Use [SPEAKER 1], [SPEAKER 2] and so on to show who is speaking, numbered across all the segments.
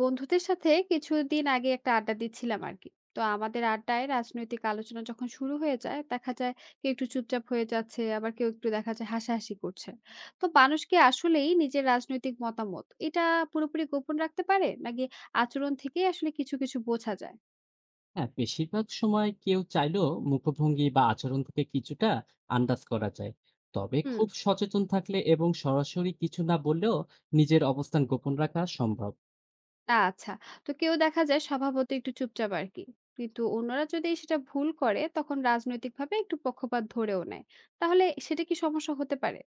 [SPEAKER 1] বন্ধুদের সাথে কিছুদিন আগে একটা আড্ডা দিচ্ছিলাম আর কি। তো আমাদের আড্ডায় রাজনৈতিক আলোচনা যখন শুরু হয়ে যায় দেখা যায় কেউ একটু চুপচাপ হয়ে যাচ্ছে, আবার কেউ একটু দেখা যায় হাসাহাসি করছে। তো মানুষ কি আসলেই নিজের রাজনৈতিক মতামত এটা পুরোপুরি গোপন রাখতে পারে, নাকি আচরণ থেকেই আসলে কিছু কিছু বোঝা যায়?
[SPEAKER 2] হ্যাঁ, বেশিরভাগ সময় কেউ চাইলেও মুখভঙ্গি বা আচরণ থেকে কিছুটা আন্দাজ করা যায়। তবে
[SPEAKER 1] হুম।
[SPEAKER 2] খুব সচেতন থাকলে এবং সরাসরি কিছু না বললেও নিজের অবস্থান গোপন রাখা সম্ভব।
[SPEAKER 1] আচ্ছা। তো কেউ দেখা যায় স্বভাবত একটু চুপচাপ আর কি, কিন্তু অন্যরা যদি সেটা ভুল করে তখন রাজনৈতিকভাবে একটু পক্ষপাত ধরেও নেয়, তাহলে সেটা কি সমস্যা হতে পারে?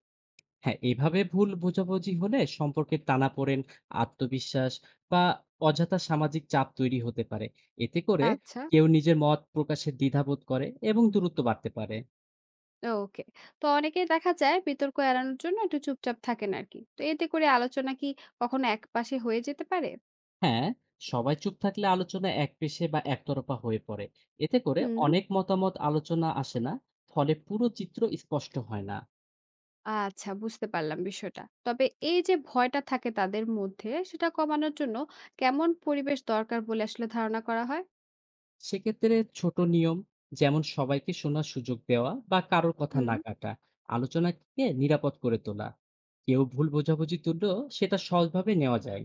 [SPEAKER 2] হ্যাঁ, এভাবে ভুল বোঝাবুঝি হলে সম্পর্কের টানাপোড়েন, আত্মবিশ্বাস বা অযথা সামাজিক চাপ তৈরি হতে পারে। এতে করে
[SPEAKER 1] আচ্ছা।
[SPEAKER 2] কেউ নিজের মত প্রকাশের দ্বিধাবোধ করে এবং দূরত্ব বাড়তে পারে।
[SPEAKER 1] ওকে। তো অনেকেই দেখা যায় বিতর্ক এড়ানোর জন্য একটু চুপচাপ থাকেন আরকি। তো এতে করে আলোচনা কি কখনো একপাশে হয়ে যেতে পারে?
[SPEAKER 2] হ্যাঁ, সবাই চুপ থাকলে আলোচনা একপেশে বা একতরফা হয়ে পড়ে। এতে করে
[SPEAKER 1] হুম।
[SPEAKER 2] অনেক মতামত আলোচনা আসে না, ফলে পুরো চিত্র স্পষ্ট হয় না।
[SPEAKER 1] আচ্ছা, বুঝতে পারলাম বিষয়টা। তবে এই যে ভয়টা থাকে তাদের মধ্যে, সেটা কমানোর জন্য কেমন পরিবেশ দরকার বলে আসলে ধারণা করা হয়?
[SPEAKER 2] সেক্ষেত্রে ছোট নিয়ম যেমন সবাইকে শোনার সুযোগ দেওয়া বা কারোর কথা
[SPEAKER 1] হুম।
[SPEAKER 2] না কাটা, আলোচনাকে নিরাপদ করে তোলা। কেউ ভুল বোঝাবুঝি তুললেও সেটা সহজভাবে নেওয়া যায়।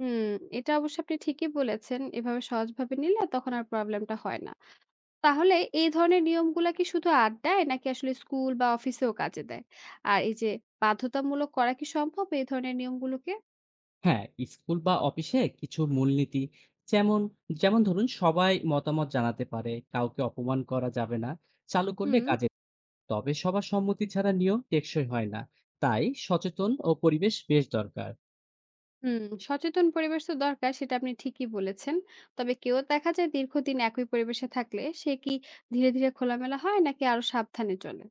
[SPEAKER 1] হুম, এটা অবশ্য আপনি ঠিকই বলেছেন। এভাবে সহজভাবে নিলে তখন আর প্রবলেমটা হয় না। তাহলে এই ধরনের নিয়মগুলা কি শুধু আড্ডায় নাকি আসলে স্কুল বা অফিসেও কাজে দেয়? আর এই যে বাধ্যতামূলক করা কি সম্ভব এই ধরনের নিয়মগুলোকে?
[SPEAKER 2] হ্যাঁ, স্কুল বা অফিসে কিছু মূলনীতি যেমন যেমন ধরুন সবাই মতামত জানাতে পারে, কাউকে অপমান করা যাবে না, চালু করলে
[SPEAKER 1] হুম,
[SPEAKER 2] কাজে। তবে সবার সম্মতি ছাড়া নিয়ম টেকসই হয় না, তাই সচেতন ও পরিবেশ বেশ দরকার।
[SPEAKER 1] হুম। সচেতন পরিবেশ তো দরকার সেটা আপনি ঠিকই বলেছেন। তবে কেউ দেখা যায় দীর্ঘদিন একই পরিবেশে থাকলে সে কি ধীরে ধীরে খোলামেলা হয় নাকি আরো সাবধানে চলে?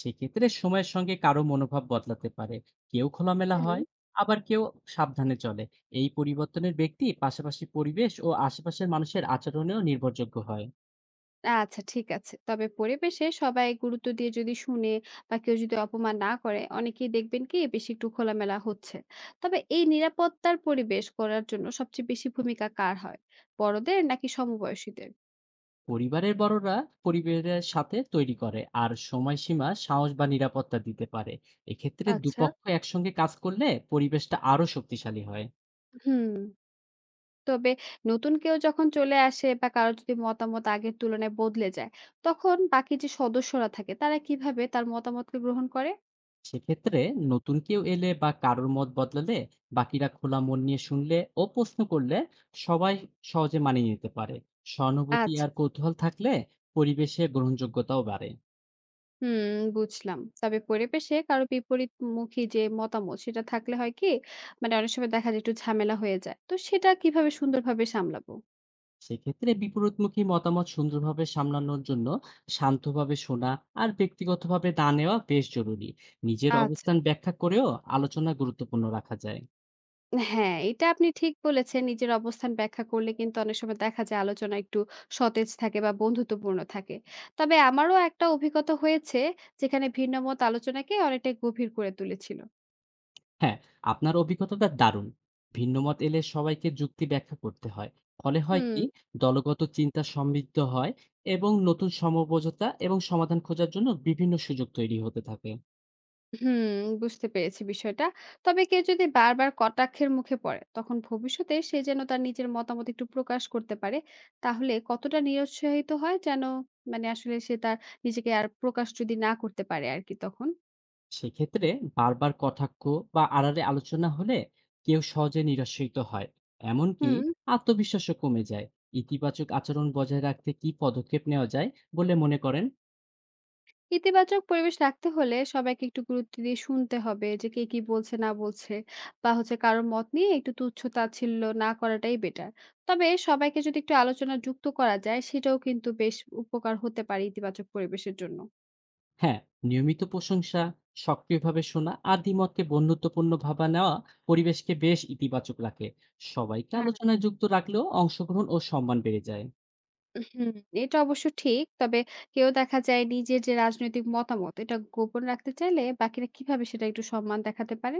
[SPEAKER 2] সেক্ষেত্রে সময়ের সঙ্গে কারো মনোভাব বদলাতে পারে, কেউ খোলামেলা
[SPEAKER 1] হুম।
[SPEAKER 2] হয়, আবার কেউ সাবধানে চলে। এই পরিবর্তনের ব্যক্তি পাশাপাশি পরিবেশ ও আশেপাশের মানুষের আচরণেও নির্ভরযোগ্য হয়।
[SPEAKER 1] আচ্ছা ঠিক আছে। তবে পরিবেশে সবাই গুরুত্ব দিয়ে যদি শুনে বা কেউ যদি অপমান না করে অনেকেই দেখবেন কি বেশি একটু খোলামেলা হচ্ছে। তবে এই নিরাপত্তার পরিবেশ করার জন্য সবচেয়ে বেশি ভূমিকা কার হয়? বড়দের নাকি সমবয়সীদের?
[SPEAKER 2] পরিবারের বড়রা পরিবারের সাথে তৈরি করে আর সময়সীমা সাহস বা নিরাপত্তা দিতে পারে। এক্ষেত্রে
[SPEAKER 1] আচ্ছা।
[SPEAKER 2] দুপক্ষ একসঙ্গে কাজ করলে পরিবেশটা আরো শক্তিশালী হয়।
[SPEAKER 1] হুম। তবে নতুন কেউ যখন চলে আসে বা কারো যদি মতামত আগের তুলনায় বদলে যায়, তখন বাকি যে সদস্যরা থাকে তারা কিভাবে তার মতামতকে গ্রহণ করে?
[SPEAKER 2] সেক্ষেত্রে নতুন কেউ এলে বা কারোর মত বদলালে বাকিরা খোলা মন নিয়ে শুনলে ও প্রশ্ন করলে সবাই সহজে মানিয়ে নিতে পারে। সহানুভূতি
[SPEAKER 1] আচ্ছা।
[SPEAKER 2] আর কৌতূহল থাকলে পরিবেশে গ্রহণযোগ্যতাও বাড়ে।
[SPEAKER 1] হুম, বুঝলাম। তবে পরিবেশে কারো বিপরীতমুখী যে মতামত সেটা থাকলে হয় কি? মানে অনেক সময় দেখা যায় একটু ঝামেলা হয়ে যায়। তো সেটা কিভাবে সুন্দরভাবে সামলাবো?
[SPEAKER 2] সেক্ষেত্রে বিপরীতমুখী মতামত সুন্দরভাবে সামলানোর জন্য শান্তভাবে শোনা আর ব্যক্তিগতভাবে না নেওয়া বেশ জরুরি। নিজের
[SPEAKER 1] আচ্ছা।
[SPEAKER 2] অবস্থান ব্যাখ্যা করেও আলোচনা গুরুত্বপূর্ণ রাখা যায়।
[SPEAKER 1] হ্যাঁ, এটা আপনি ঠিক বলেছেন। নিজের অবস্থান ব্যাখ্যা করলে কিন্তু অনেক সময় দেখা যায় আলোচনা একটু সতেজ থাকে বা বন্ধুত্বপূর্ণ থাকে। তবে আমারও একটা অভিজ্ঞতা হয়েছে যেখানে ভিন্ন মত আলোচনাকে অনেকটাই গভীর করে তুলেছিল।
[SPEAKER 2] হ্যাঁ, আপনার অভিজ্ঞতাটা দারুণ। ভিন্নমত এলে সবাইকে যুক্তি ব্যাখ্যা করতে হয়। ফলে হয়
[SPEAKER 1] হুম,
[SPEAKER 2] কি দলগত চিন্তা সমৃদ্ধ হয় এবং নতুন সমঝোতা এবং সমাধান খোঁজার জন্য বিভিন্ন সুযোগ তৈরি হতে থাকে।
[SPEAKER 1] হুম, বুঝতে পেরেছি বিষয়টা। তবে কেউ যদি বারবার কটাক্ষের মুখে পড়ে, তখন ভবিষ্যতে সে যেন তার নিজের মতামত একটু প্রকাশ করতে পারে। তাহলে কতটা নিরুৎসাহিত হয় যেন মানে আসলে সে তার নিজেকে আর প্রকাশ যদি না করতে পারে আরকি তখন?
[SPEAKER 2] সেক্ষেত্রে বারবার কটাক্ষ বা আড়ালে আলোচনা হলে কেউ সহজে নিরাশ্রিত হয়। এমনকি
[SPEAKER 1] হুম।
[SPEAKER 2] আত্মবিশ্বাসও কমে যায়। ইতিবাচক আচরণ বজায় রাখতে কি পদক্ষেপ নেওয়া যায় বলে মনে করেন?
[SPEAKER 1] ইতিবাচক পরিবেশ রাখতে হলে সবাইকে একটু গুরুত্ব দিয়ে শুনতে হবে যে কে কি বলছে না বলছে বা হচ্ছে, কারোর মত নিয়ে একটু তুচ্ছ তাচ্ছিল্য না করাটাই বেটার। তবে সবাইকে যদি একটু আলোচনা যুক্ত করা যায় সেটাও কিন্তু বেশ উপকার হতে পারে ইতিবাচক পরিবেশের জন্য।
[SPEAKER 2] হ্যাঁ, নিয়মিত প্রশংসা, সক্রিয়ভাবে শোনা আর দ্বিমতকে বন্ধুত্বপূর্ণ ভাবা নেওয়া পরিবেশকে বেশ ইতিবাচক রাখে। সবাইকে
[SPEAKER 1] হ্যাঁ।
[SPEAKER 2] আলোচনায় যুক্ত রাখলেও অংশগ্রহণ ও সম্মান বেড়ে যায়।
[SPEAKER 1] হুম। এটা অবশ্য ঠিক, তবে কেউ দেখা যায় নিজের যে রাজনৈতিক মতামত এটা গোপন রাখতে চাইলে বাকিরা কিভাবে সেটা একটু সম্মান দেখাতে পারে?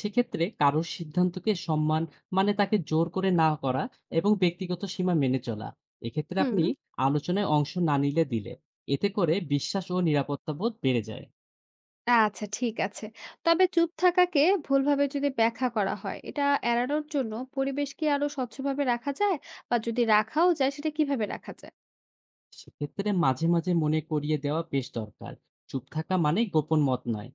[SPEAKER 2] সেক্ষেত্রে কারোর সিদ্ধান্তকে সম্মান, মানে তাকে জোর করে না করা এবং ব্যক্তিগত সীমা মেনে চলা। এক্ষেত্রে
[SPEAKER 1] হুম।
[SPEAKER 2] আপনি আলোচনায় অংশ না নিলে দিলে এতে করে বিশ্বাস ও নিরাপত্তা বোধ বেড়ে যায়।
[SPEAKER 1] আচ্ছা ঠিক আছে। তবে চুপ থাকাকে ভুলভাবে যদি ব্যাখ্যা করা হয়, এটা এড়ানোর জন্য পরিবেশ কি আরো স্বচ্ছভাবে রাখা যায়? বা যদি রাখাও যায় সেটা কিভাবে রাখা যায়?
[SPEAKER 2] সেক্ষেত্রে মাঝে, মাঝে মনে করিয়ে দেওয়া বেশ দরকার। চুপ থাকা মানে গোপন মত নয়।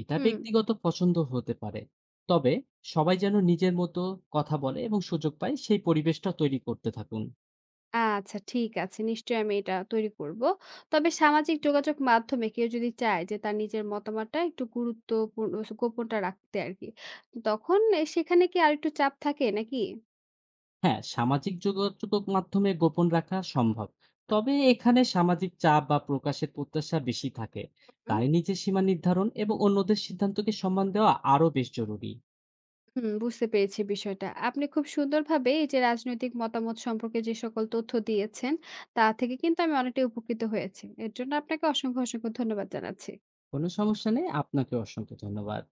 [SPEAKER 2] এটা
[SPEAKER 1] হুম।
[SPEAKER 2] ব্যক্তিগত পছন্দ হতে পারে। তবে সবাই যেন নিজের মতো কথা বলে এবং সুযোগ পায় সেই পরিবেশটা তৈরি করতে থাকুন।
[SPEAKER 1] আচ্ছা ঠিক আছে। নিশ্চয়ই আমি এটা তৈরি করব। তবে সামাজিক যোগাযোগ মাধ্যমে কেউ যদি চায় যে তার নিজের মতামতটা একটু গুরুত্বপূর্ণ গোপনটা রাখতে আরকি। তখন এ সেখানে কি আরেকটু চাপ থাকে নাকি?
[SPEAKER 2] হ্যাঁ, সামাজিক যোগাযোগ মাধ্যমে গোপন রাখা সম্ভব। তবে এখানে সামাজিক চাপ বা প্রকাশের প্রত্যাশা বেশি থাকে। তাই নিজের সীমা নির্ধারণ এবং অন্যদের সিদ্ধান্তকে সম্মান দেওয়া আরও বেশ জরুরি।
[SPEAKER 1] হুম, বুঝতে পেরেছি বিষয়টা। আপনি খুব সুন্দরভাবে এই যে রাজনৈতিক মতামত সম্পর্কে যে সকল তথ্য দিয়েছেন, তা থেকে কিন্তু আমি অনেকটাই উপকৃত হয়েছি। এর জন্য আপনাকে অসংখ্য, অসংখ্য ধন্যবাদ জানাচ্ছি।
[SPEAKER 2] কোনো সমস্যা নেই। আপনাকে অসংখ্য ধন্যবাদ।